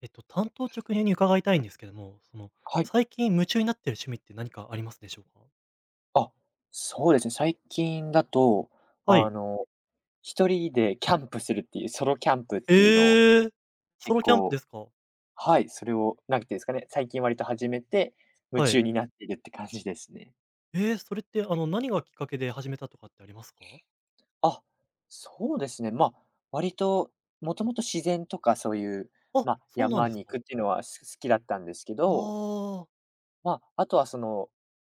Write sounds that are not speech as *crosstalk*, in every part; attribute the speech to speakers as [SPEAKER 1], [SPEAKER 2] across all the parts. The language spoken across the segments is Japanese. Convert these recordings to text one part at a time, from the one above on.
[SPEAKER 1] 担当直入に伺いたいんですけども、
[SPEAKER 2] はい。
[SPEAKER 1] 最近夢中になってる趣味って何かありますでしょうか？
[SPEAKER 2] あ、そうですね。最近だと、
[SPEAKER 1] は
[SPEAKER 2] あ
[SPEAKER 1] い。
[SPEAKER 2] の、一人でキャンプするっていう、ソロキャンプっていうのを
[SPEAKER 1] ええ！ソ
[SPEAKER 2] 結
[SPEAKER 1] ロキャンプで
[SPEAKER 2] 構
[SPEAKER 1] すか？
[SPEAKER 2] はい、それを、なんていうんですかね、最近割と始めて、夢
[SPEAKER 1] はい。
[SPEAKER 2] 中になっているって感じですね。
[SPEAKER 1] ええ、それって、何がきっかけで始めたとかってありますか？
[SPEAKER 2] あ、そうですね。まあ、割と、もともと自然とかそういう、
[SPEAKER 1] あ、
[SPEAKER 2] まあ、
[SPEAKER 1] そうなん
[SPEAKER 2] 山
[SPEAKER 1] です
[SPEAKER 2] に
[SPEAKER 1] か。
[SPEAKER 2] 行くっていうのはす好きだったんですけ
[SPEAKER 1] あ
[SPEAKER 2] ど、
[SPEAKER 1] あ。
[SPEAKER 2] まあ、あとはその、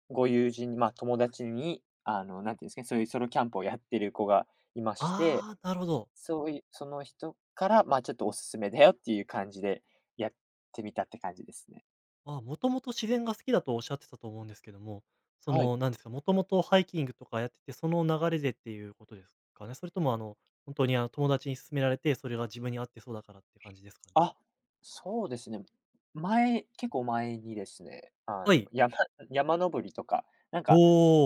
[SPEAKER 2] ご友人に、まあ、友達に、なんていうんですかね、そういうソロキャンプをやってる子がいまして、
[SPEAKER 1] ああ、なるほど。
[SPEAKER 2] そういう、その人から、まあ、ちょっとおすすめだよっていう感じでやってみたって感じですね。
[SPEAKER 1] もともと自然が好きだとおっしゃってたと思うんですけども、そ
[SPEAKER 2] はい。
[SPEAKER 1] の、なんですか、もともとハイキングとかやってて、その流れでっていうことですかね？それとも、本当に、友達に勧められて、それが自分に合ってそうだからって感じですかね？
[SPEAKER 2] あ、そうですね。前結構前にですね、あ
[SPEAKER 1] は
[SPEAKER 2] の、
[SPEAKER 1] い。
[SPEAKER 2] 山 *laughs* 山登りとか、なん
[SPEAKER 1] お
[SPEAKER 2] か、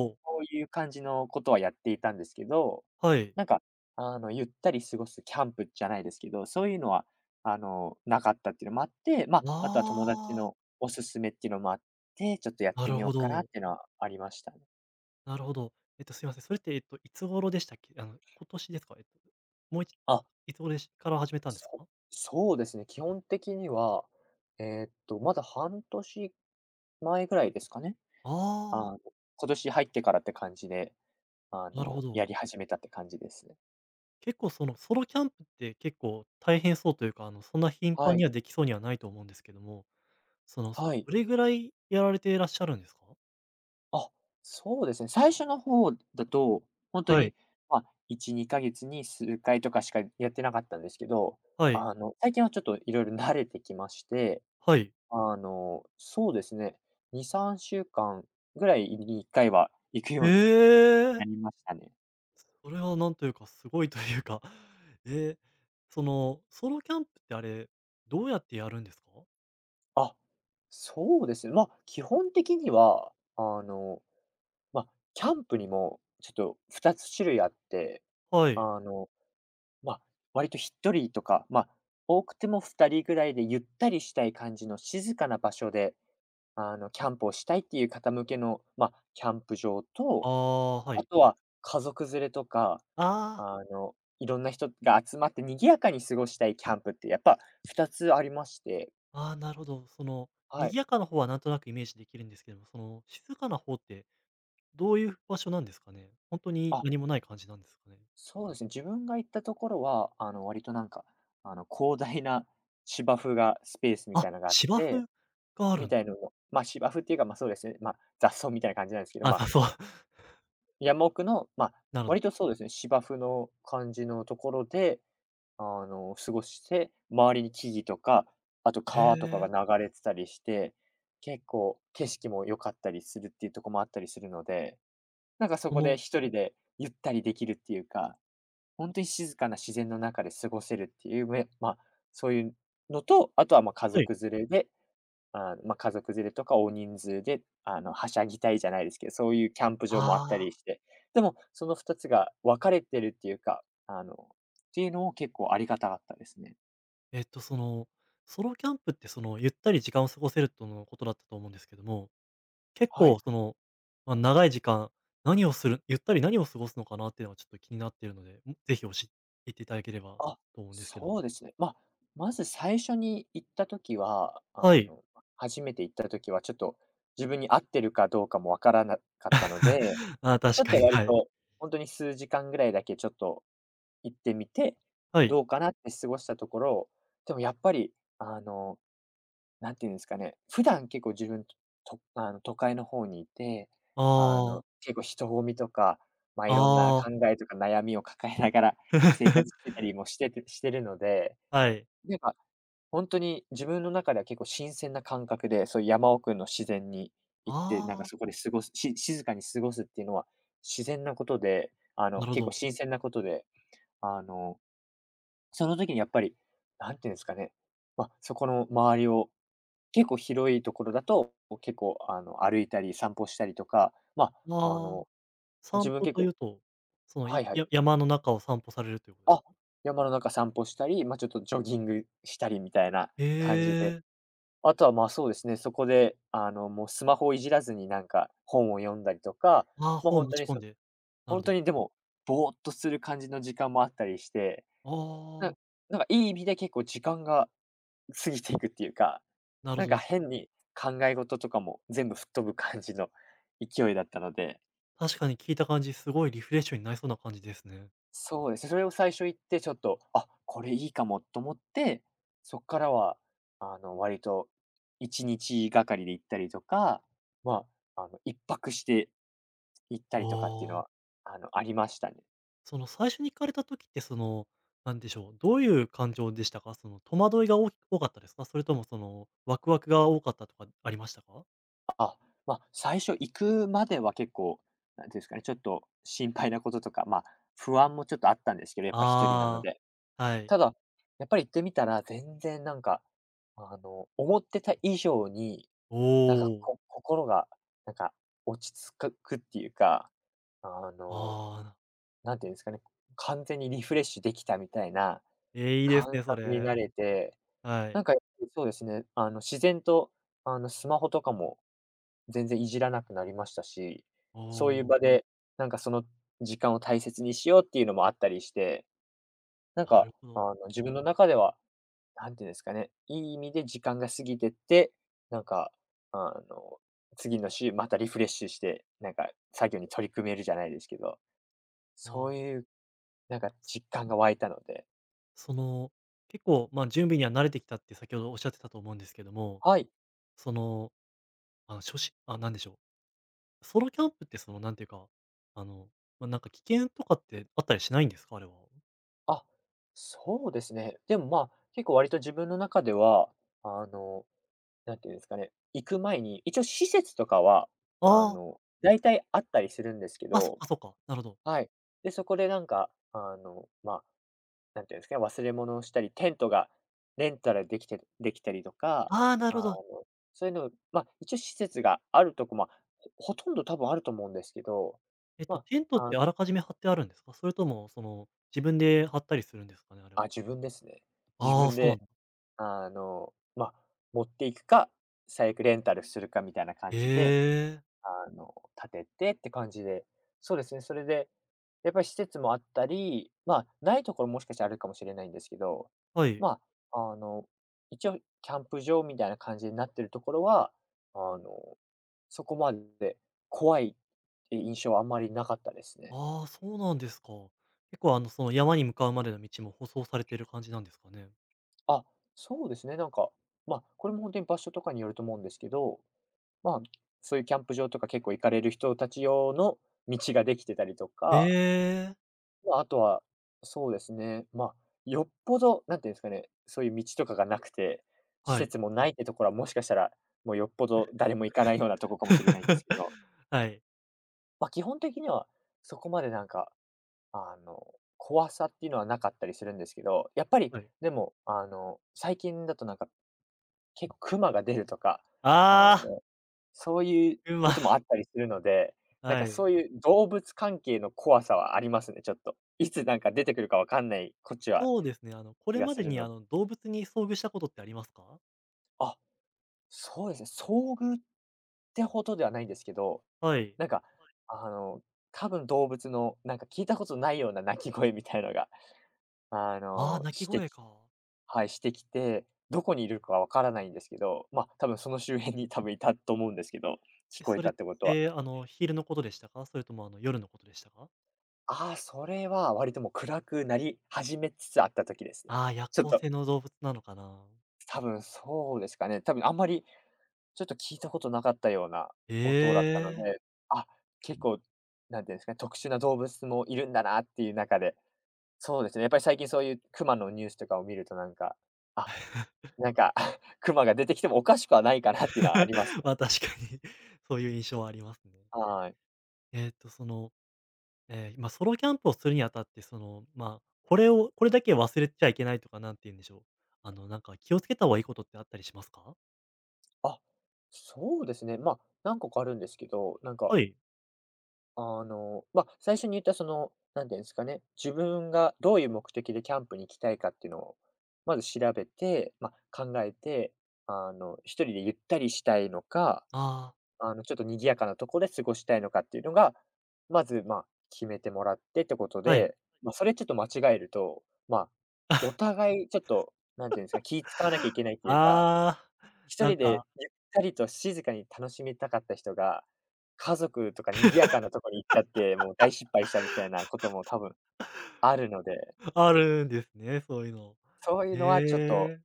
[SPEAKER 1] お、
[SPEAKER 2] そういう感じのことはやっていたんですけど、
[SPEAKER 1] はい。
[SPEAKER 2] なんか、ゆったり過ごすキャンプじゃないですけど、そういうのは、なかったっていうのもあって、ま
[SPEAKER 1] あ
[SPEAKER 2] あ、あとは友達
[SPEAKER 1] あ、
[SPEAKER 2] のおすすめっていうのもあって、ちょっとやっ
[SPEAKER 1] な
[SPEAKER 2] て
[SPEAKER 1] る
[SPEAKER 2] みよう
[SPEAKER 1] ほ
[SPEAKER 2] かな
[SPEAKER 1] ど、
[SPEAKER 2] っていうのはありましたね。
[SPEAKER 1] なるほど。すいません、それって、いつ頃でしたっけ？今年ですか？もういち
[SPEAKER 2] あ
[SPEAKER 1] いつ頃でしから始めたんです
[SPEAKER 2] そ
[SPEAKER 1] か？
[SPEAKER 2] そうですね、基本的には、まだ半年前ぐらいですかね。
[SPEAKER 1] ああ、
[SPEAKER 2] あの、今年入ってからって感じで、
[SPEAKER 1] なるほ
[SPEAKER 2] や
[SPEAKER 1] ど。
[SPEAKER 2] り始めたって感じですね。
[SPEAKER 1] 結構、ソロキャンプって結構大変そうというか、そんな頻
[SPEAKER 2] は
[SPEAKER 1] 繁に
[SPEAKER 2] い、
[SPEAKER 1] はできそうにはないと思うんですけども、
[SPEAKER 2] はい。
[SPEAKER 1] どれぐらいやられていらっしゃるんですか？
[SPEAKER 2] あ、そうですね。最初の方だと、本当
[SPEAKER 1] はい、
[SPEAKER 2] に、まあ、1、2ヶ月に数回とかしかやってなかったんですけど、
[SPEAKER 1] はい、
[SPEAKER 2] 最近はちょっといろいろ慣れてきまして、
[SPEAKER 1] はい。
[SPEAKER 2] あの、そうですね、2、3週間ぐらいに1回は行く
[SPEAKER 1] え
[SPEAKER 2] ように
[SPEAKER 1] え！
[SPEAKER 2] なりましたね。
[SPEAKER 1] それはなんというか、すごいというか *laughs*、えー、ソロキャンプってあれ、どうやってやるんですか？
[SPEAKER 2] あ、そうですね。まあ、基本的には、あの、まあ、キャンプにもちょっと2つ種類あって、
[SPEAKER 1] はい。
[SPEAKER 2] あの、まあ、割と1人とか、まあ、多くても2人ぐらいでゆったりしたい感じの静かな場所で、キャンプをしたいっていう方向けの、まあ、キャンプ場
[SPEAKER 1] あ
[SPEAKER 2] と、
[SPEAKER 1] あ、は
[SPEAKER 2] あ
[SPEAKER 1] い。
[SPEAKER 2] とは家族連れとか、
[SPEAKER 1] ああ、
[SPEAKER 2] あの、いろんな人が集まって賑やかに過ごしたいキャンプってやっぱ2つありまして、
[SPEAKER 1] ああ、なるほど。
[SPEAKER 2] は
[SPEAKER 1] 賑
[SPEAKER 2] い。
[SPEAKER 1] やかな方はなんとなくイメージできるんですけども、静かな方ってどういう場所なんですかね？本当に
[SPEAKER 2] あ
[SPEAKER 1] 何もない感じなんですかね？
[SPEAKER 2] そうですね、自分が行ったところは、あの、割となんか、広大な芝生がスペースみ
[SPEAKER 1] あ、
[SPEAKER 2] たいなのがあっ
[SPEAKER 1] 芝生
[SPEAKER 2] て、
[SPEAKER 1] がある
[SPEAKER 2] み
[SPEAKER 1] んだ。
[SPEAKER 2] たいのも、ま、芝生っていうか、ま、そうですね、ま、雑草みたいな感じなんですけど、
[SPEAKER 1] あ、
[SPEAKER 2] ま、
[SPEAKER 1] そう。*laughs*
[SPEAKER 2] 山奥の、ま、
[SPEAKER 1] なるほど。
[SPEAKER 2] 割とそうですね、芝生の感じのところで、過ごして、周りに木々とか、あと
[SPEAKER 1] へ
[SPEAKER 2] 川とかが
[SPEAKER 1] え、
[SPEAKER 2] 流れてたりして、結構景色も良かったりするっていうところもあったりするので、なんかそ
[SPEAKER 1] そ
[SPEAKER 2] こで
[SPEAKER 1] の
[SPEAKER 2] 一人でゆったりできるっていうか本当に静かな自然の中で過ごせるっていう、めまあ、そういうのと、あとは、ま、家
[SPEAKER 1] はい。
[SPEAKER 2] 族連れで、あ、まあ、家族連れとか大人数で、はしゃぎたいじゃないですけど、そういうキャンプ場もあった
[SPEAKER 1] あ
[SPEAKER 2] り
[SPEAKER 1] あ。
[SPEAKER 2] して、でも、その2つが分かれてるっていうか、っていうのを結構ありがたかったですね。
[SPEAKER 1] えっと、その、ソロキャンプって、ゆったり時間を過ごせるとのことだったと思うんですけども、結
[SPEAKER 2] は
[SPEAKER 1] 構、
[SPEAKER 2] い。
[SPEAKER 1] まあ、長い時間、何をするゆったり何を過ごすのかなっていうのはちょっと気になっているので、ぜひ教えていただければ
[SPEAKER 2] あ、
[SPEAKER 1] と思うんですけども。
[SPEAKER 2] そうですね。まあ、まず最初に行った時は、
[SPEAKER 1] は
[SPEAKER 2] あ
[SPEAKER 1] い。
[SPEAKER 2] の、初めて行った時はちょっと自分に合ってるかどうかも分からなかったので、
[SPEAKER 1] *laughs* あー
[SPEAKER 2] ち
[SPEAKER 1] 確
[SPEAKER 2] ょっ
[SPEAKER 1] か
[SPEAKER 2] と
[SPEAKER 1] に、
[SPEAKER 2] 割
[SPEAKER 1] はい。
[SPEAKER 2] と、ほんとに数時間ぐらいだけちょっと行ってみて、
[SPEAKER 1] はい。
[SPEAKER 2] どうかなって過ごしたところ、でもやっぱり、あの、何て言うんですかね、普段結構自分、とあの、都会の方にいて、あ
[SPEAKER 1] あ
[SPEAKER 2] の、
[SPEAKER 1] あ、
[SPEAKER 2] 結構人混みとか、ま、いろんな
[SPEAKER 1] ああ。
[SPEAKER 2] 考えとか悩みを抱えながら生活し
[SPEAKER 1] *laughs*
[SPEAKER 2] てたりもしててしてるので、
[SPEAKER 1] はい。
[SPEAKER 2] なんか本当に自分の中では結構新鮮な感覚で、そういう山奥の自然に行って、なんか
[SPEAKER 1] ああ、
[SPEAKER 2] そこで過ごすし静かに過ごすっていうのは自然なことで、あの、
[SPEAKER 1] なるほ
[SPEAKER 2] 結構
[SPEAKER 1] ど。
[SPEAKER 2] 新鮮なことで、あの、その時にやっぱり、なんていうんですかね、まあ、そこの周りを、結構広いところだと、結構あの、歩いたり散歩したりとか、まあ、あ
[SPEAKER 1] ああ、
[SPEAKER 2] の、自
[SPEAKER 1] 散
[SPEAKER 2] 分
[SPEAKER 1] 歩
[SPEAKER 2] 結
[SPEAKER 1] とい
[SPEAKER 2] 構
[SPEAKER 1] うと、
[SPEAKER 2] は
[SPEAKER 1] い
[SPEAKER 2] いはい。
[SPEAKER 1] や山の中を散歩されるということです
[SPEAKER 2] あ、
[SPEAKER 1] か？
[SPEAKER 2] 山の中散歩したり、まあ、ちょっとジョギングしたりみたいな
[SPEAKER 1] え
[SPEAKER 2] 感じで
[SPEAKER 1] えー。
[SPEAKER 2] あとは、ま、そうですね、そこで、もうスマホをいじらずになんか本を読んだりとか、
[SPEAKER 1] ああ、
[SPEAKER 2] もう
[SPEAKER 1] 本を
[SPEAKER 2] 本
[SPEAKER 1] 持
[SPEAKER 2] 当
[SPEAKER 1] ち
[SPEAKER 2] に
[SPEAKER 1] 込ん
[SPEAKER 2] そ
[SPEAKER 1] で。な
[SPEAKER 2] ほ
[SPEAKER 1] るほど。
[SPEAKER 2] にでも、ぼーっとする感じの時間もあったりして、な
[SPEAKER 1] ああ、
[SPEAKER 2] なんかいい意味で結構時間が過ぎていくっていうか、
[SPEAKER 1] なる
[SPEAKER 2] なん
[SPEAKER 1] ほ
[SPEAKER 2] か
[SPEAKER 1] ど。
[SPEAKER 2] 変に考え事とかも全部吹っ飛ぶ感じの勢いだったので
[SPEAKER 1] 確かに聞いた感じ、すごいリフレッシュになりそうな感じですね。
[SPEAKER 2] そうですね、それを最初行って、ちょっと、あ、これいいかもと思って、そっからは、割と1日がかりで行ったりとか、まあ、あの、一泊して行ったりとかっていうの
[SPEAKER 1] ああ、
[SPEAKER 2] は、ありましたね。
[SPEAKER 1] その最初に行かれた時ってその、なんでしょう、どういう感情でしたか？その戸惑いが多かったですか？それともそのワクワクが多かったとかありましたか？
[SPEAKER 2] あ、まあ、最初行くまでは結構、なんていうんですかね、ちょっと心配なこととか、まあ、不安もちょっとあったんですけど、やっぱ一人なの
[SPEAKER 1] ああ
[SPEAKER 2] で。
[SPEAKER 1] ー、はい。
[SPEAKER 2] ただ、やっぱり行ってみたら、全然なんか、思ってた以上に、
[SPEAKER 1] お
[SPEAKER 2] なんか、
[SPEAKER 1] お、
[SPEAKER 2] こ心が、なんか、落ち着くっていうか、あの、
[SPEAKER 1] ああ、
[SPEAKER 2] なんていうんですかね、完全にリフレッシュできたみたいな
[SPEAKER 1] えーいいです
[SPEAKER 2] 感
[SPEAKER 1] ね、そ
[SPEAKER 2] 覚に
[SPEAKER 1] れ。
[SPEAKER 2] なれて、
[SPEAKER 1] は
[SPEAKER 2] なん
[SPEAKER 1] い。
[SPEAKER 2] か、そうですね、あの、自然と、スマホとかも全然いじらなくなりましたし、
[SPEAKER 1] お
[SPEAKER 2] そういう
[SPEAKER 1] お、
[SPEAKER 2] 場で、なんか、その時間を大切にしようっていうのもあったりしてなん
[SPEAKER 1] な
[SPEAKER 2] か、
[SPEAKER 1] るほど。
[SPEAKER 2] 自分の中では、なんていうんですかね、いい意味で時間が過ぎてって、なんか、あの、次の週またリフレッシュして、なんか作業に取り組めるじゃないですけど、
[SPEAKER 1] あ
[SPEAKER 2] そ
[SPEAKER 1] あ、
[SPEAKER 2] ういうなんか実
[SPEAKER 1] そ
[SPEAKER 2] 感が湧いたので、
[SPEAKER 1] その、結構、ま、準備には慣れてきたって先ほどおっしゃってたと思うんですけども、
[SPEAKER 2] はい、
[SPEAKER 1] その、初心あ、なんでしょうソロキャンプってなんていうか、あの、ま、なんか危険とかってあったりしないんですか？あれは。
[SPEAKER 2] あ、そうですね。でも、まあ、結構割と自分の中では、あの、なんていうんですかね、行く前に、一応施設とかは、
[SPEAKER 1] あ
[SPEAKER 2] 大体あったりするんですけ
[SPEAKER 1] あ、あ、そっ
[SPEAKER 2] ど、
[SPEAKER 1] かそっか、なるほど。
[SPEAKER 2] はい。で、そこでなんか、あの、まあ、なんていうんですかね、忘れ物をしたり、テントがレンタルできてできたりとか、
[SPEAKER 1] ああ、な
[SPEAKER 2] あ
[SPEAKER 1] るほ
[SPEAKER 2] の、
[SPEAKER 1] ど。
[SPEAKER 2] そういうの、まあ、一応施設があるとこ、まあ、ほほとんど多分あると思うんですけど、ま
[SPEAKER 1] テントっ
[SPEAKER 2] あ、あ
[SPEAKER 1] てあらかじめ張ってあるんですか？それとも、自分で張ったりするんですかね、あれ
[SPEAKER 2] あ、
[SPEAKER 1] は。
[SPEAKER 2] 自分ですね。自
[SPEAKER 1] ああ、
[SPEAKER 2] 分
[SPEAKER 1] そうなん
[SPEAKER 2] で、
[SPEAKER 1] だ。
[SPEAKER 2] まあ、持っていくか、最悪レンタルするかみたいな
[SPEAKER 1] え
[SPEAKER 2] 感じで
[SPEAKER 1] え、
[SPEAKER 2] あの、建ててって感じで、そうですね、それで、やっぱり施設もあったり、まあ、ないところもしかしたらあるかもしれないんですけど、
[SPEAKER 1] はい。
[SPEAKER 2] まあ、一応キャンプ場みたいな感じになってるところは、あの、そこまで怖いって印象はあんまりなかったですね。
[SPEAKER 1] ああ、そうなんですか。結構、山に向かうまでの道も舗装されている感じなんですかね？
[SPEAKER 2] あ、そうですね、これも本当に場所とかによると思うんですけど、まあ、そういうキャンプ場とか結構行かれる人たち用の道ができてたりと
[SPEAKER 1] え
[SPEAKER 2] か。
[SPEAKER 1] え、
[SPEAKER 2] あとは、そうですね、よっぽど、なんていうんですかね、そういう道とかがなくて、施
[SPEAKER 1] はい。
[SPEAKER 2] 設もないってところはもしかしたら、もうよっぽど誰も行かないようなとこかもしれないんです
[SPEAKER 1] *laughs*
[SPEAKER 2] けど、
[SPEAKER 1] はい、
[SPEAKER 2] 基本的にはそこまであの、怖さっていうのはなかったりするんですけど、やっぱり
[SPEAKER 1] はい。
[SPEAKER 2] でも、最近だと結構クマが出るとか、あ
[SPEAKER 1] ああ、
[SPEAKER 2] の、そういうこと
[SPEAKER 1] 熊。
[SPEAKER 2] もあったりするので、なん
[SPEAKER 1] は
[SPEAKER 2] かそ
[SPEAKER 1] い。
[SPEAKER 2] ういう動物関係の怖さはありますね、ちょっと。いつなんか出てくるかわかんない、こっちは
[SPEAKER 1] そうですね。こ
[SPEAKER 2] 気
[SPEAKER 1] れ
[SPEAKER 2] が
[SPEAKER 1] ま
[SPEAKER 2] す
[SPEAKER 1] で
[SPEAKER 2] る
[SPEAKER 1] に
[SPEAKER 2] の
[SPEAKER 1] 動物に遭遇したことってありますか？
[SPEAKER 2] あ、そうですね、遭遇ってほどではないんですけど、
[SPEAKER 1] はい。
[SPEAKER 2] なんか、はい。多分動物のなんか聞いたことないような鳴き声みたいのが、
[SPEAKER 1] ああ、鳴き
[SPEAKER 2] して
[SPEAKER 1] 声
[SPEAKER 2] き
[SPEAKER 1] か。
[SPEAKER 2] はい、してきて、どこにいるかわからないんですけど、多分その周辺に多分いたと思うんですけど、聞
[SPEAKER 1] え、
[SPEAKER 2] こ
[SPEAKER 1] そ
[SPEAKER 2] え
[SPEAKER 1] れ
[SPEAKER 2] た
[SPEAKER 1] っ
[SPEAKER 2] ってことは。
[SPEAKER 1] て、昼のことでしたか？それとも、夜のことでしたか？
[SPEAKER 2] ああ、それは割ともう暗くなり始めつつあった時ですね。
[SPEAKER 1] ああー、夜
[SPEAKER 2] ちょっ
[SPEAKER 1] 行
[SPEAKER 2] と、
[SPEAKER 1] 性の動物なのかな。
[SPEAKER 2] 多分そうですかね。多分あんまりちょっと聞いたことなかったような音だったの
[SPEAKER 1] ええ
[SPEAKER 2] で、あ、結構、なんていうんですかね、特殊な動物もいるんだなっていう中で、そうですね、やっぱり最近そういう熊のニュースとかを見るとあ、なんか *laughs* 熊が出てきてもおかしくはないかなっていうのはあります
[SPEAKER 1] *laughs*。
[SPEAKER 2] ね。
[SPEAKER 1] まあ、確かに *laughs* そういう印象はありますね。
[SPEAKER 2] はい。
[SPEAKER 1] えっと、その、まあ、ソロキャンプをするにあたって、まあ、これだけ忘れちゃいけないとか、なんて言うんでしょう、なんか気をつけた方がいいことってあったりしますか？
[SPEAKER 2] あ、そうですね、何個かあるんですけど、
[SPEAKER 1] はい。
[SPEAKER 2] 最初に言ったその、何て言うんですかね、自分がどういう目的でキャンプに行きたいかっていうのを、まず調べて、考えて、一人でゆったりしたいのか、
[SPEAKER 1] ああ、
[SPEAKER 2] ちょっと賑やかなとこで過ごしたいのかっていうのが、まず、決めてもらってってこと
[SPEAKER 1] はい。
[SPEAKER 2] で、それちょっと間違えると、お互いちょっと、何て言うんですか、気使わなきゃいけないっていうか
[SPEAKER 1] ああ、
[SPEAKER 2] 一
[SPEAKER 1] なん
[SPEAKER 2] 人で
[SPEAKER 1] か
[SPEAKER 2] ゆったりと静かに楽しみたかった人が、家族とか賑やかなとこに行っちゃって、もう大失敗したみたいなことも多分あるので、
[SPEAKER 1] あるんですね、そういうの。
[SPEAKER 2] そういうのはちょっと、
[SPEAKER 1] ええ、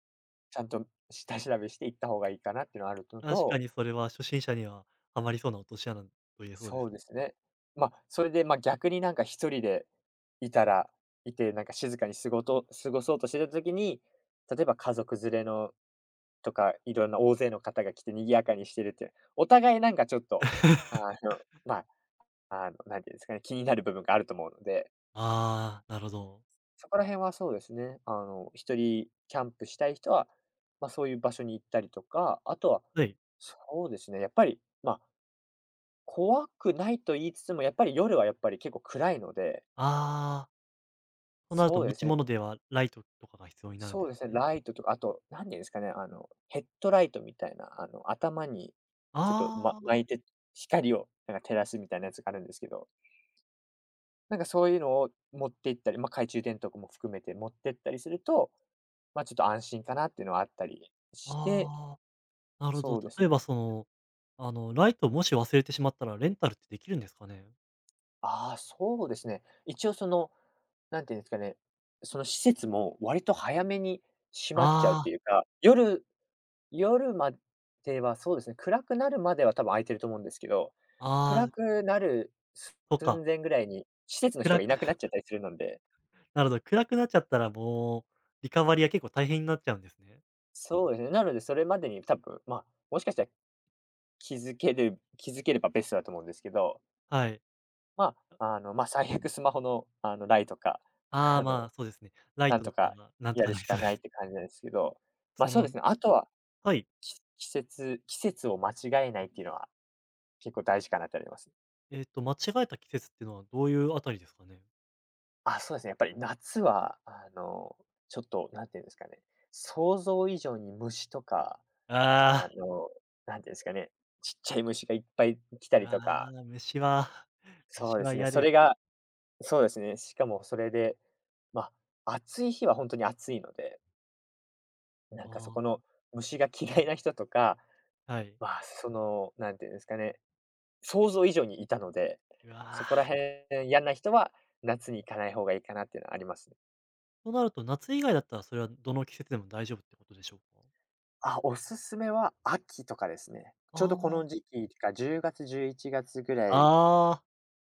[SPEAKER 2] ちゃんと下調べして行った方がいいかなっていうのはあるの
[SPEAKER 1] 確か
[SPEAKER 2] と、
[SPEAKER 1] にそれは初心者にはハマりそうな落とし穴と言えそうで
[SPEAKER 2] そ
[SPEAKER 1] す。
[SPEAKER 2] うですね。それで、逆になんか一人でいたらいて、なんか静かに過ごそうとしてた時に、例えば家族連れのとか、いろんな大勢の方が来て賑やかにしてるって、お互いなんかちょっと、あの、まあの、なんていうんですかね、気になる部分があると思うので、
[SPEAKER 1] ああ、なるほど。
[SPEAKER 2] そこら辺はそうですね、一人キャンプしたい人は、そういう場所に行ったりとか、あとは、
[SPEAKER 1] はい。
[SPEAKER 2] そうですね、やっぱり、怖くないと言いつつも、やっぱり夜はやっぱり結構暗いので、
[SPEAKER 1] ああ、となると
[SPEAKER 2] そう
[SPEAKER 1] 持
[SPEAKER 2] です
[SPEAKER 1] ち
[SPEAKER 2] ね
[SPEAKER 1] 物ではライトとかが必要になるんで
[SPEAKER 2] そう
[SPEAKER 1] す
[SPEAKER 2] で
[SPEAKER 1] か
[SPEAKER 2] すね、
[SPEAKER 1] ね。
[SPEAKER 2] ライトとか、あと、何て言うんですかね、あの、ヘッドライトみたいな、頭にちょっと、
[SPEAKER 1] あ
[SPEAKER 2] 巻
[SPEAKER 1] あ、
[SPEAKER 2] いて光をなんか照らすみたいなやつがあるんですけど、なんかそういうのを持って行ったり、懐中電灯とかも含めて持ってったりすると、ちょっと安心かなっていうのはあったりして、
[SPEAKER 1] ああ、なるほ
[SPEAKER 2] そ
[SPEAKER 1] ど。
[SPEAKER 2] うです
[SPEAKER 1] 例
[SPEAKER 2] ね。
[SPEAKER 1] えばライトをもし忘れてしまったらレンタルってできるんですかね？
[SPEAKER 2] ああ、そうですね。一応その、なんていうんですかね、その施設も割と早めに閉まっちゃうっ
[SPEAKER 1] あ
[SPEAKER 2] て
[SPEAKER 1] あ、
[SPEAKER 2] いうか、夜まではそうですね、暗くなるまでは多分空いてると思うんですけど、
[SPEAKER 1] ああ、
[SPEAKER 2] 暗くなる
[SPEAKER 1] そうか、
[SPEAKER 2] 寸前ぐらいに施設の人
[SPEAKER 1] 暗
[SPEAKER 2] が
[SPEAKER 1] く
[SPEAKER 2] いなくなっち
[SPEAKER 1] *laughs*
[SPEAKER 2] ゃったりするので、
[SPEAKER 1] なるほど、暗くなっちゃったらもうリカバリーは結構大変になっちゃうんですね。
[SPEAKER 2] そうですね、なのでそれまでに多分、もしかしたら気づければベストだと思うんですけど、
[SPEAKER 1] はい。
[SPEAKER 2] 最悪スマホの、ライトか、*laughs*
[SPEAKER 1] ああ、
[SPEAKER 2] あ
[SPEAKER 1] まあ、
[SPEAKER 2] の、
[SPEAKER 1] そうですね。ライ
[SPEAKER 2] な
[SPEAKER 1] ト
[SPEAKER 2] ん
[SPEAKER 1] だ
[SPEAKER 2] と
[SPEAKER 1] った
[SPEAKER 2] か
[SPEAKER 1] らなんと
[SPEAKER 2] や
[SPEAKER 1] か
[SPEAKER 2] る
[SPEAKER 1] なり
[SPEAKER 2] し
[SPEAKER 1] そ
[SPEAKER 2] か
[SPEAKER 1] うで
[SPEAKER 2] ないっ
[SPEAKER 1] す。
[SPEAKER 2] て
[SPEAKER 1] *laughs*
[SPEAKER 2] 感じなんですけど、
[SPEAKER 1] そ
[SPEAKER 2] そうで
[SPEAKER 1] の
[SPEAKER 2] すね、あとは、
[SPEAKER 1] はい、
[SPEAKER 2] 季節季節を間違えないっていうのは結構大事かなってあります。
[SPEAKER 1] 間違えた季節っていうのはどういうあたりですかね？
[SPEAKER 2] そうですね、やっぱり夏は、ちょっとなんていうんですかね、想像以上に虫とか、
[SPEAKER 1] *laughs* あ
[SPEAKER 2] あ
[SPEAKER 1] あ、
[SPEAKER 2] の、なんていうんですかね、ちっちゃい虫がいっぱい来た
[SPEAKER 1] う
[SPEAKER 2] りとか、
[SPEAKER 1] わ、虫は *laughs*
[SPEAKER 2] そう
[SPEAKER 1] 虫
[SPEAKER 2] で
[SPEAKER 1] は
[SPEAKER 2] すね、
[SPEAKER 1] 嫌
[SPEAKER 2] そ
[SPEAKER 1] です。
[SPEAKER 2] れがそうですね。しかもそれで、ま、暑い日は本当に暑いので、なんかそ
[SPEAKER 1] ああ、
[SPEAKER 2] この虫が嫌いな人とか、
[SPEAKER 1] はい。
[SPEAKER 2] まあ、その、なんていうんですかね、想像以上にいたので、
[SPEAKER 1] うわ、
[SPEAKER 2] そこら辺嫌な人は夏に行かない方がいいかなっていうのはありますね。
[SPEAKER 1] となると夏以外だったらそれはどの季節でも大丈夫ってことでしょうか？
[SPEAKER 2] おすすめは秋とかですね。ちょうどこ
[SPEAKER 1] あ
[SPEAKER 2] の時期とか10月、11月ぐら
[SPEAKER 1] あ、
[SPEAKER 2] い
[SPEAKER 1] ああ、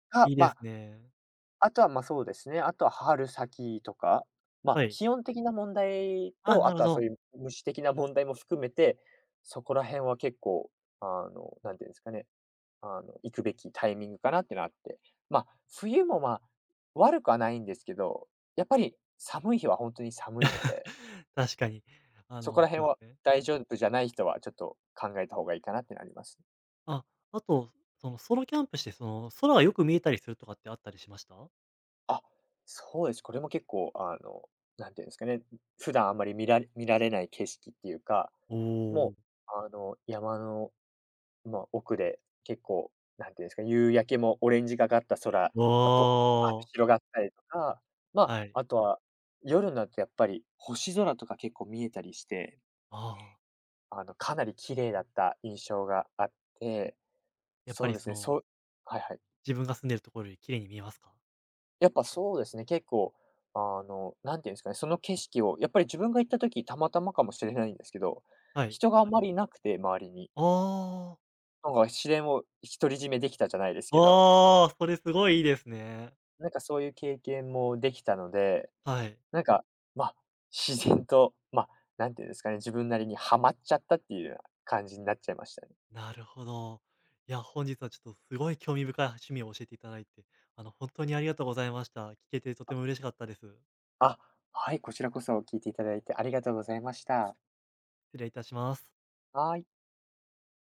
[SPEAKER 2] が、
[SPEAKER 1] いいですね。
[SPEAKER 2] とは、そうですね、あとは春先とか、
[SPEAKER 1] はい。
[SPEAKER 2] 気温的な問題
[SPEAKER 1] あ、
[SPEAKER 2] と、
[SPEAKER 1] な
[SPEAKER 2] あ
[SPEAKER 1] るほ
[SPEAKER 2] とはそう
[SPEAKER 1] ど。
[SPEAKER 2] いう虫的な問題も含めて、そこら辺は結構、あの、なんていうんですかね、あの、行くべきタイミングかなっていうのはあって。ま、冬も、悪くはないんですけど、やっぱり寒い日は本当に寒いので、
[SPEAKER 1] *laughs* 確かに。
[SPEAKER 2] そこら
[SPEAKER 1] そ
[SPEAKER 2] 辺
[SPEAKER 1] うです
[SPEAKER 2] は
[SPEAKER 1] ね。
[SPEAKER 2] 大丈夫じゃない人はちょっと考えた方がいいかなってなります。
[SPEAKER 1] あ、あと、そのソロキャンプして、空がよく見えたりするとかってあったりしました？
[SPEAKER 2] あ、そうです。これも結構、あの、なんていうんですかね、普段あんまり見られない景色っていうか、
[SPEAKER 1] お
[SPEAKER 2] も
[SPEAKER 1] お。
[SPEAKER 2] う、山の、奥で結構、なんていうんですか、夕焼けもオレンジがかった空がぼ
[SPEAKER 1] お
[SPEAKER 2] わって
[SPEAKER 1] お、
[SPEAKER 2] 広がったりとか、
[SPEAKER 1] はい。
[SPEAKER 2] あとは夜になるとやっぱり星空とか結構見えたりして、
[SPEAKER 1] ああ、
[SPEAKER 2] かなり綺麗だった印象があって、
[SPEAKER 1] やっぱ
[SPEAKER 2] そう
[SPEAKER 1] り
[SPEAKER 2] ですね、そうはいはい。
[SPEAKER 1] 自分が住んでるところより綺麗に見えますか？
[SPEAKER 2] やっぱそうですね、結構、あの、なんていうんですかね、その景色をやっぱり自分が行った時、たまたまかもしれないんですけど、
[SPEAKER 1] はい。
[SPEAKER 2] 人があまりいなくて、周りに。
[SPEAKER 1] ああ、
[SPEAKER 2] なんか試練を独り占めできたじゃないですけど、
[SPEAKER 1] ああ、それすごいいいですね。
[SPEAKER 2] なんかそういう経験もできたので、
[SPEAKER 1] はい。
[SPEAKER 2] なんか、ま、自然と、ま、なんていうんですかね、自分なりにハマっちゃったっていうような感じになっちゃいましたね。
[SPEAKER 1] なるほど。いや、本日はちょっとすごい興味深い趣味を教えていただいて、本当にありがとうございました。聞けてとても嬉しかったです。
[SPEAKER 2] あ、はい、こちらこそ聞いていただいてありがとうございました。
[SPEAKER 1] 失礼いたします。
[SPEAKER 2] はい。